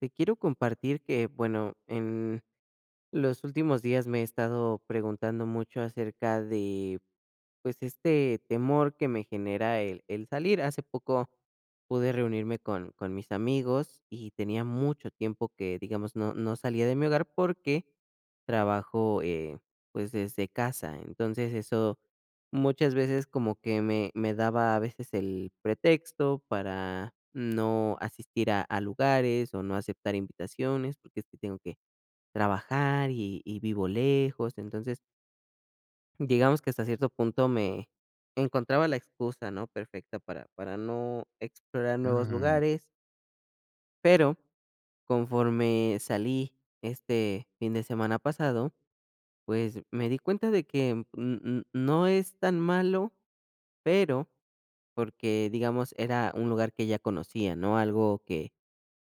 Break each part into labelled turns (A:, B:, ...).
A: Te quiero compartir que, bueno, en los últimos días me he estado preguntando mucho acerca de, pues, este temor que me genera el salir. Hace poco pude reunirme con mis amigos y tenía mucho tiempo que, digamos, no salía de mi hogar porque trabajo, pues, desde casa. Entonces eso muchas veces como que me daba a veces el pretexto para no asistir a lugares o no aceptar invitaciones porque es que tengo que trabajar y vivo lejos. Entonces, digamos que hasta cierto punto me encontraba la excusa, ¿no?, perfecta para no explorar nuevos
B: Mm,
A: lugares, pero conforme salí este fin de semana pasado, pues, me di cuenta de que, no es tan malo, pero porque, digamos, era un lugar que ya conocía, ¿no? Algo que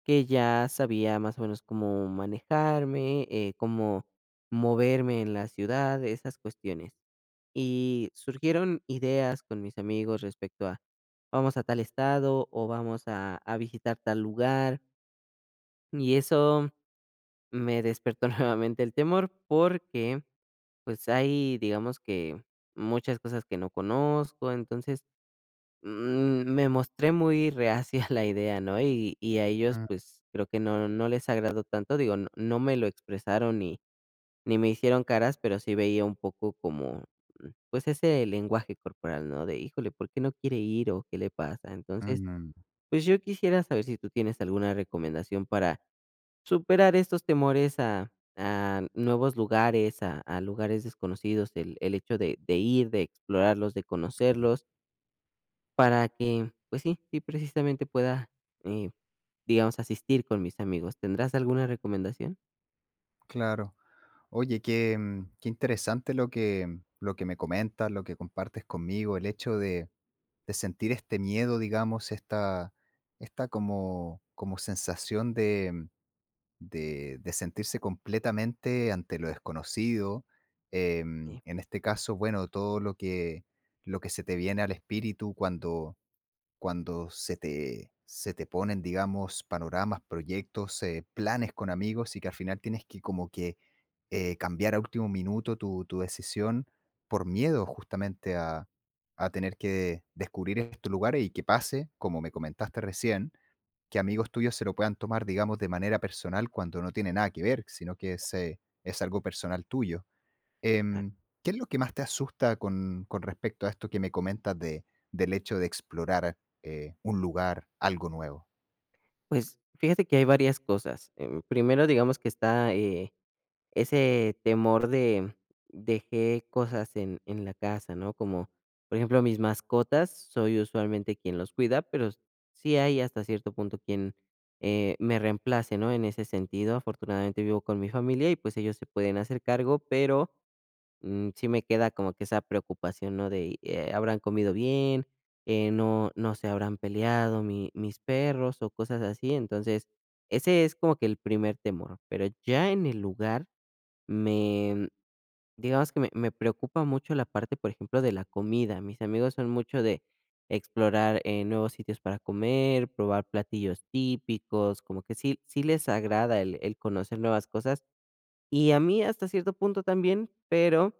A: que ya sabía más o menos cómo manejarme, cómo moverme en la ciudad, esas cuestiones. Y surgieron ideas con mis amigos respecto a, vamos a tal estado o vamos a visitar tal lugar. Y eso me despertó nuevamente el temor porque pues hay, digamos que muchas cosas que no conozco. Entonces, me mostré muy reacia a la idea, ¿no? Y a ellos,
B: mm,
A: pues, creo que no les agradó tanto, digo, no me lo expresaron ni me hicieron caras, pero sí veía un poco como, pues, ese lenguaje corporal, ¿no? De: "Híjole, ¿por qué no quiere ir o qué le pasa?". Entonces,
B: mm.
A: pues, yo quisiera saber si tú tienes alguna recomendación para superar estos temores a nuevos lugares, a lugares desconocidos, el hecho de ir, de explorarlos, de conocerlos, para que, pues sí, sí, precisamente pueda, eh, digamos, asistir con mis amigos. ¿Tendrás alguna recomendación?
B: Claro. Oye, qué, qué interesante lo que me comentas, lo que compartes conmigo, el hecho de sentir este miedo, digamos, esta como, como sensación de sentirse completamente ante lo desconocido. En este caso, bueno, todo lo lo que se te viene al espíritu cuando, cuando se te ponen, digamos, panoramas, proyectos, planes con amigos y que al final tienes que como que, cambiar a último minuto tu decisión por miedo justamente a tener que descubrir estos lugares y que pase, como me comentaste recién, que amigos tuyos se lo puedan tomar, digamos, de manera personal cuando no tiene nada que ver, sino que es algo personal tuyo. Em,
A: Exacto.
B: ¿Qué es lo que más te asusta con respecto a esto que me comentas de del hecho de explorar, un lugar, algo nuevo?
A: Pues, fíjate que hay varias cosas. Primero, digamos que está, ese temor de dejé cosas en la casa, ¿no? Como, por ejemplo, mis mascotas, soy usualmente quien los cuida, pero sí hay hasta cierto punto quien, me reemplace, ¿no? En ese sentido, afortunadamente vivo con mi familia y, pues, ellos se pueden hacer cargo, pero sí me queda como que esa preocupación, ¿no? De, ¿habrán comido bien? No se habrán peleado mis perros o cosas así. Entonces, ese es como que el primer temor. Pero ya en el lugar, me, digamos que me preocupa mucho la parte, por ejemplo, de la comida. Mis amigos son mucho de explorar nuevos sitios para comer, probar platillos típicos, como que sí, sí les agrada el conocer nuevas cosas. Y a mí hasta cierto punto también, pero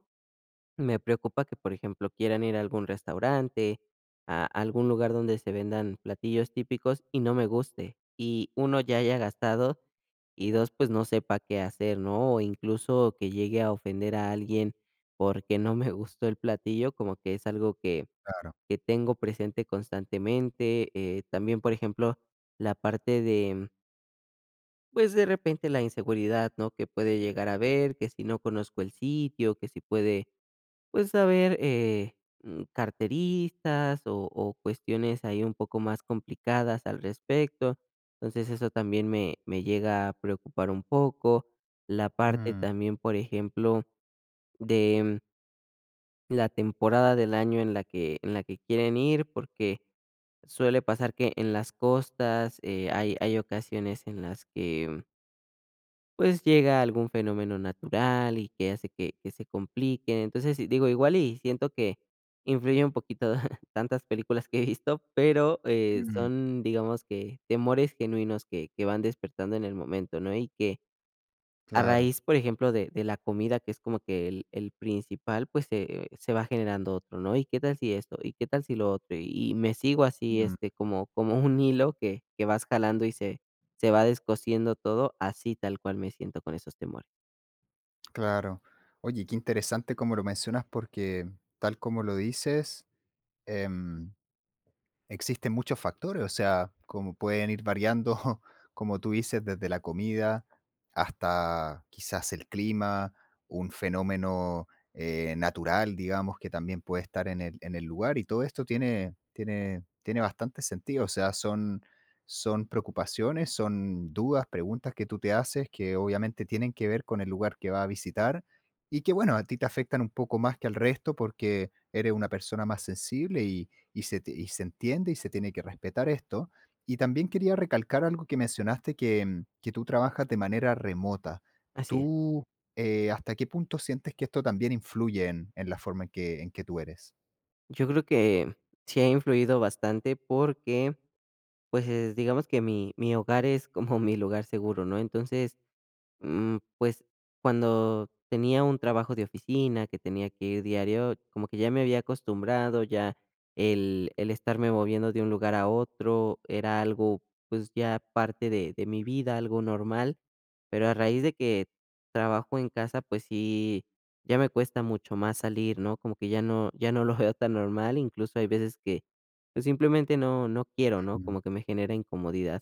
A: me preocupa que, por ejemplo, quieran ir a algún restaurante, a algún lugar donde se vendan platillos típicos y no me guste. Y uno, ya haya gastado y dos, pues no sepa qué hacer, ¿no? O incluso que llegue a ofender a alguien porque no me gustó el platillo, como que es algo que,
B: Claro.
A: que tengo presente constantemente. También, por ejemplo, la parte de, pues de repente la inseguridad, ¿no? Que puede llegar a ver, que si no conozco el sitio, que si puede pues, saber carteristas o cuestiones ahí un poco más complicadas al respecto. Entonces, eso también me llega a preocupar un poco. La parte
B: Mm,
A: también, por ejemplo, de la temporada del año en la que quieren ir, porque suele pasar que en las costas, hay ocasiones en las que pues llega algún fenómeno natural y que hace que se complique. Entonces, sí, digo, igual y siento que influye un poquito tantas películas que he visto, pero,
B: mm,
A: son, digamos que temores genuinos que van despertando en el momento, ¿no? Y que a
B: claro,
A: raíz, por ejemplo, de la comida, que es como que el principal, pues, se va generando otro, ¿no? ¿Y qué tal si esto? ¿Y qué tal si lo otro? Y me sigo así,
B: mm,
A: como un hilo que vas jalando y se va descosiendo todo, así tal cual me siento con esos temores.
B: claro. Oye, qué interesante como lo mencionas porque tal como lo dices. em Existen muchos factores, o sea, como pueden ir variando, como tú dices, desde la comida hasta quizás el clima, un fenómeno natural, digamos, que también puede estar en en el lugar, y todo esto tiene, tiene bastante sentido, o sea, son, son preocupaciones, son dudas, preguntas que tú te haces que obviamente tienen que ver con el lugar que vas a visitar y que, bueno, a ti te afectan un poco más que al resto porque eres una persona más sensible y se, y se entiende y se tiene que respetar esto. Y también quería recalcar algo que mencionaste, que, que tú trabajas de manera remota.
A: Así es.
B: ¿Tú hasta qué punto sientes que esto también influye en la forma en en que tú eres?
A: Yo creo que sí ha influido bastante porque, pues, digamos que mi hogar es como mi lugar seguro, ¿no? Entonces, pues, cuando tenía un trabajo de oficina, que tenía que ir diario, como que ya me había acostumbrado, ya el estarme moviendo de un lugar a otro era algo, pues, ya parte de mi vida, algo normal, pero a raíz de que trabajo en casa, pues sí, ya me cuesta mucho más salir, ¿no? Como que ya no lo veo tan normal, incluso hay veces que, pues, simplemente no quiero, ¿no?
B: Mm,
A: Como que me genera incomodidad.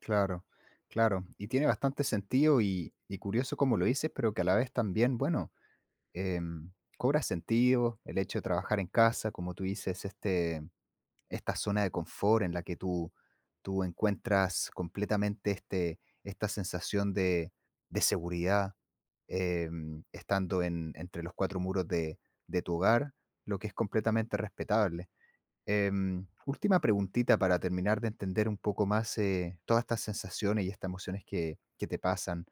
B: Claro, claro. Y tiene bastante sentido y curioso como lo dices, pero que a la vez también, bueno, em, cobra sentido el hecho de trabajar en casa, como tú dices, esta zona de confort en la que tú encuentras completamente este, esta sensación de seguridad, estando en, entre los cuatro muros de tu hogar, lo que es completamente respetable. Última preguntita para terminar de entender un poco más, todas estas sensaciones y estas emociones que te pasan.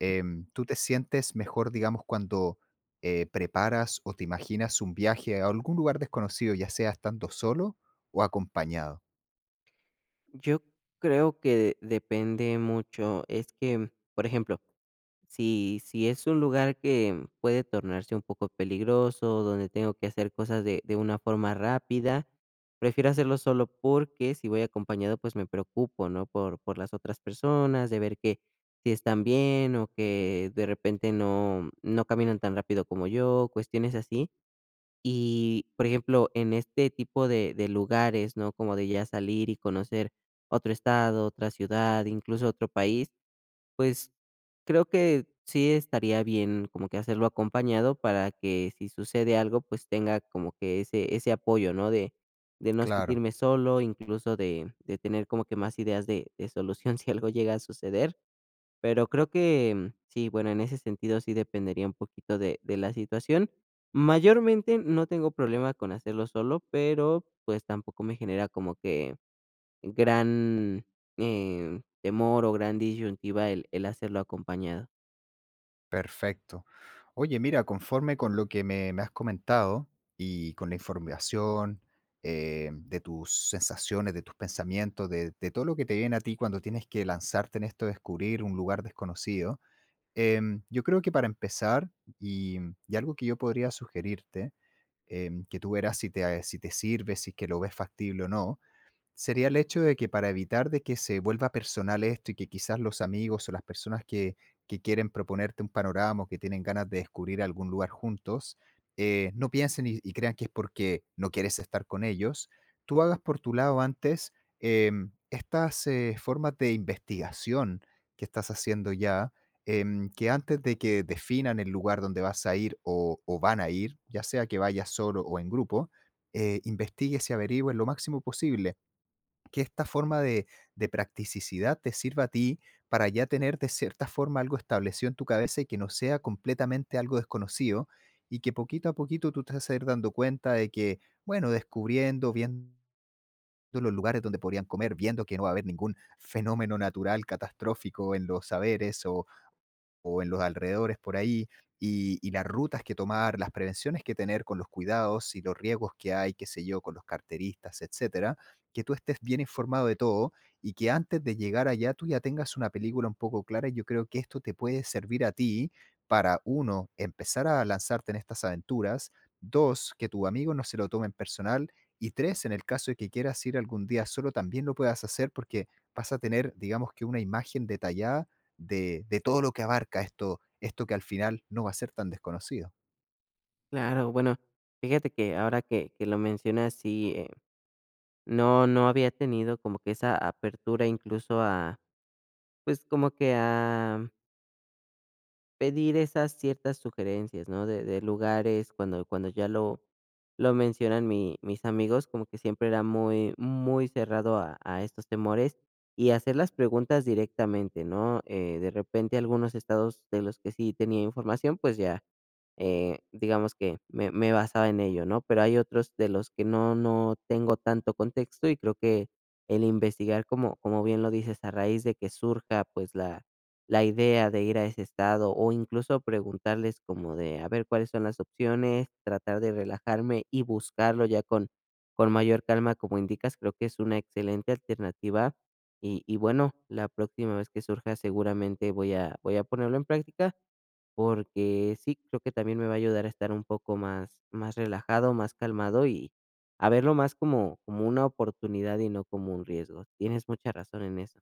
B: ¿Tú te sientes mejor, digamos, cuando, preparas o te imaginas un viaje a algún lugar desconocido, ya sea estando solo o acompañado?
A: Yo creo que depende mucho. Es que, por ejemplo, si es un lugar que puede tornarse un poco peligroso, donde tengo que hacer cosas de una forma rápida, prefiero hacerlo solo porque si voy acompañado, pues me preocupo, ¿no? Por las otras personas, de ver que si están bien o que de repente no caminan tan rápido como yo, cuestiones así. Y, por ejemplo, en este tipo de lugares, ¿no? Como de ya salir y conocer otro estado, otra ciudad, incluso otro país, pues, creo que sí estaría bien como que hacerlo acompañado para que si sucede algo, pues, tenga como que ese apoyo, ¿no? De no
B: Claro.
A: sentirme solo, incluso de tener como que más ideas de solución si algo llega a suceder. Pero creo que sí, bueno, en ese sentido sí dependería un poquito de la situación. Mayormente no tengo problema con hacerlo solo, pero, pues, tampoco me genera como que gran, temor o gran disyuntiva el hacerlo acompañado.
B: Perfecto. Oye, mira, conforme con lo que me has comentado y con la información, de tus sensaciones, de tus pensamientos, de todo lo que te viene a ti cuando tienes que lanzarte en esto de descubrir un lugar desconocido. Yo creo que para empezar, y, y algo que yo podría sugerirte, que tú verás si si te sirve, si es que lo ves factible o no, sería el hecho de que para evitar de que se vuelva personal esto y que quizás los amigos o las personas que quieren proponerte un panorama o que tienen ganas de descubrir algún lugar juntos, no piensen y crean que es porque no quieres estar con ellos, tú hagas por tu lado antes estas formas de investigación que estás haciendo ya, que antes de que definan el lugar donde vas a ir o van a ir, ya sea que vayas solo o en grupo, investigues y averigües lo máximo posible, que esta forma de practicidad te sirva a ti para ya tener de cierta forma algo establecido en tu cabeza y que no sea completamente algo desconocido, y que poquito a poquito tú te vas a ir dando cuenta de que, bueno, descubriendo, viendo los lugares donde podrían comer, viendo que no va a haber ningún fenómeno natural catastrófico en los saberes o en los alrededores por ahí, y las rutas que tomar, las prevenciones que tener con los cuidados y los riesgos que hay, qué sé yo, con los carteristas, etcétera, que tú estés bien informado de todo y que antes de llegar allá tú ya tengas una película un poco clara. Yo creo que esto te puede servir a ti para, uno, empezar a lanzarte en estas aventuras; dos, que tu amigo no se lo tome en personal; y tres, en el caso de que quieras ir algún día solo, también lo puedas hacer porque vas a tener, digamos que, una imagen detallada de todo lo que abarca esto que al final no va a ser tan desconocido.
A: Claro, bueno, fíjate que ahora que lo mencionas, sí, no había tenido como que esa apertura incluso a, pues, como que a pedir esas ciertas sugerencias, ¿no? De lugares, cuando ya lo mencionan mis amigos, como que siempre era muy, muy cerrado a estos temores y hacer las preguntas directamente, ¿no? De repente algunos estados de los que sí tenía información, pues ya, digamos que me basaba en ello, ¿no? Pero hay otros de los que no tengo tanto contexto y creo que el investigar, como bien lo dices, a raíz de que surja, pues la idea de ir a ese estado o incluso preguntarles como de, a ver, cuáles son las opciones, tratar de relajarme y buscarlo ya con mayor calma, como indicas, creo que es una excelente alternativa. Y bueno, la próxima vez que surja seguramente voy a ponerlo en práctica porque sí, creo que también me va a ayudar a estar un poco más, más relajado, más calmado y a verlo más como una oportunidad y no como un riesgo. Tienes mucha razón en eso.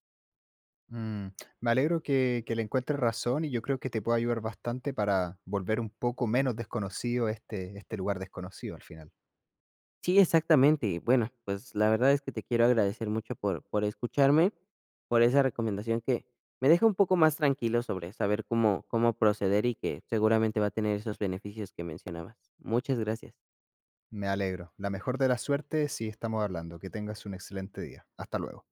B: Mm, me alegro que le encuentres razón, y yo creo que te puede ayudar bastante para volver un poco menos desconocido este lugar desconocido al final.
A: Sí, exactamente. Bueno, pues la verdad es que te quiero agradecer mucho por escucharme, por esa recomendación que me deja un poco más tranquilo sobre saber cómo proceder y que seguramente va a tener esos beneficios que mencionabas. Muchas gracias.
B: Me alegro. La mejor de las suertes si estamos hablando. Que tengas un excelente día. Hasta luego.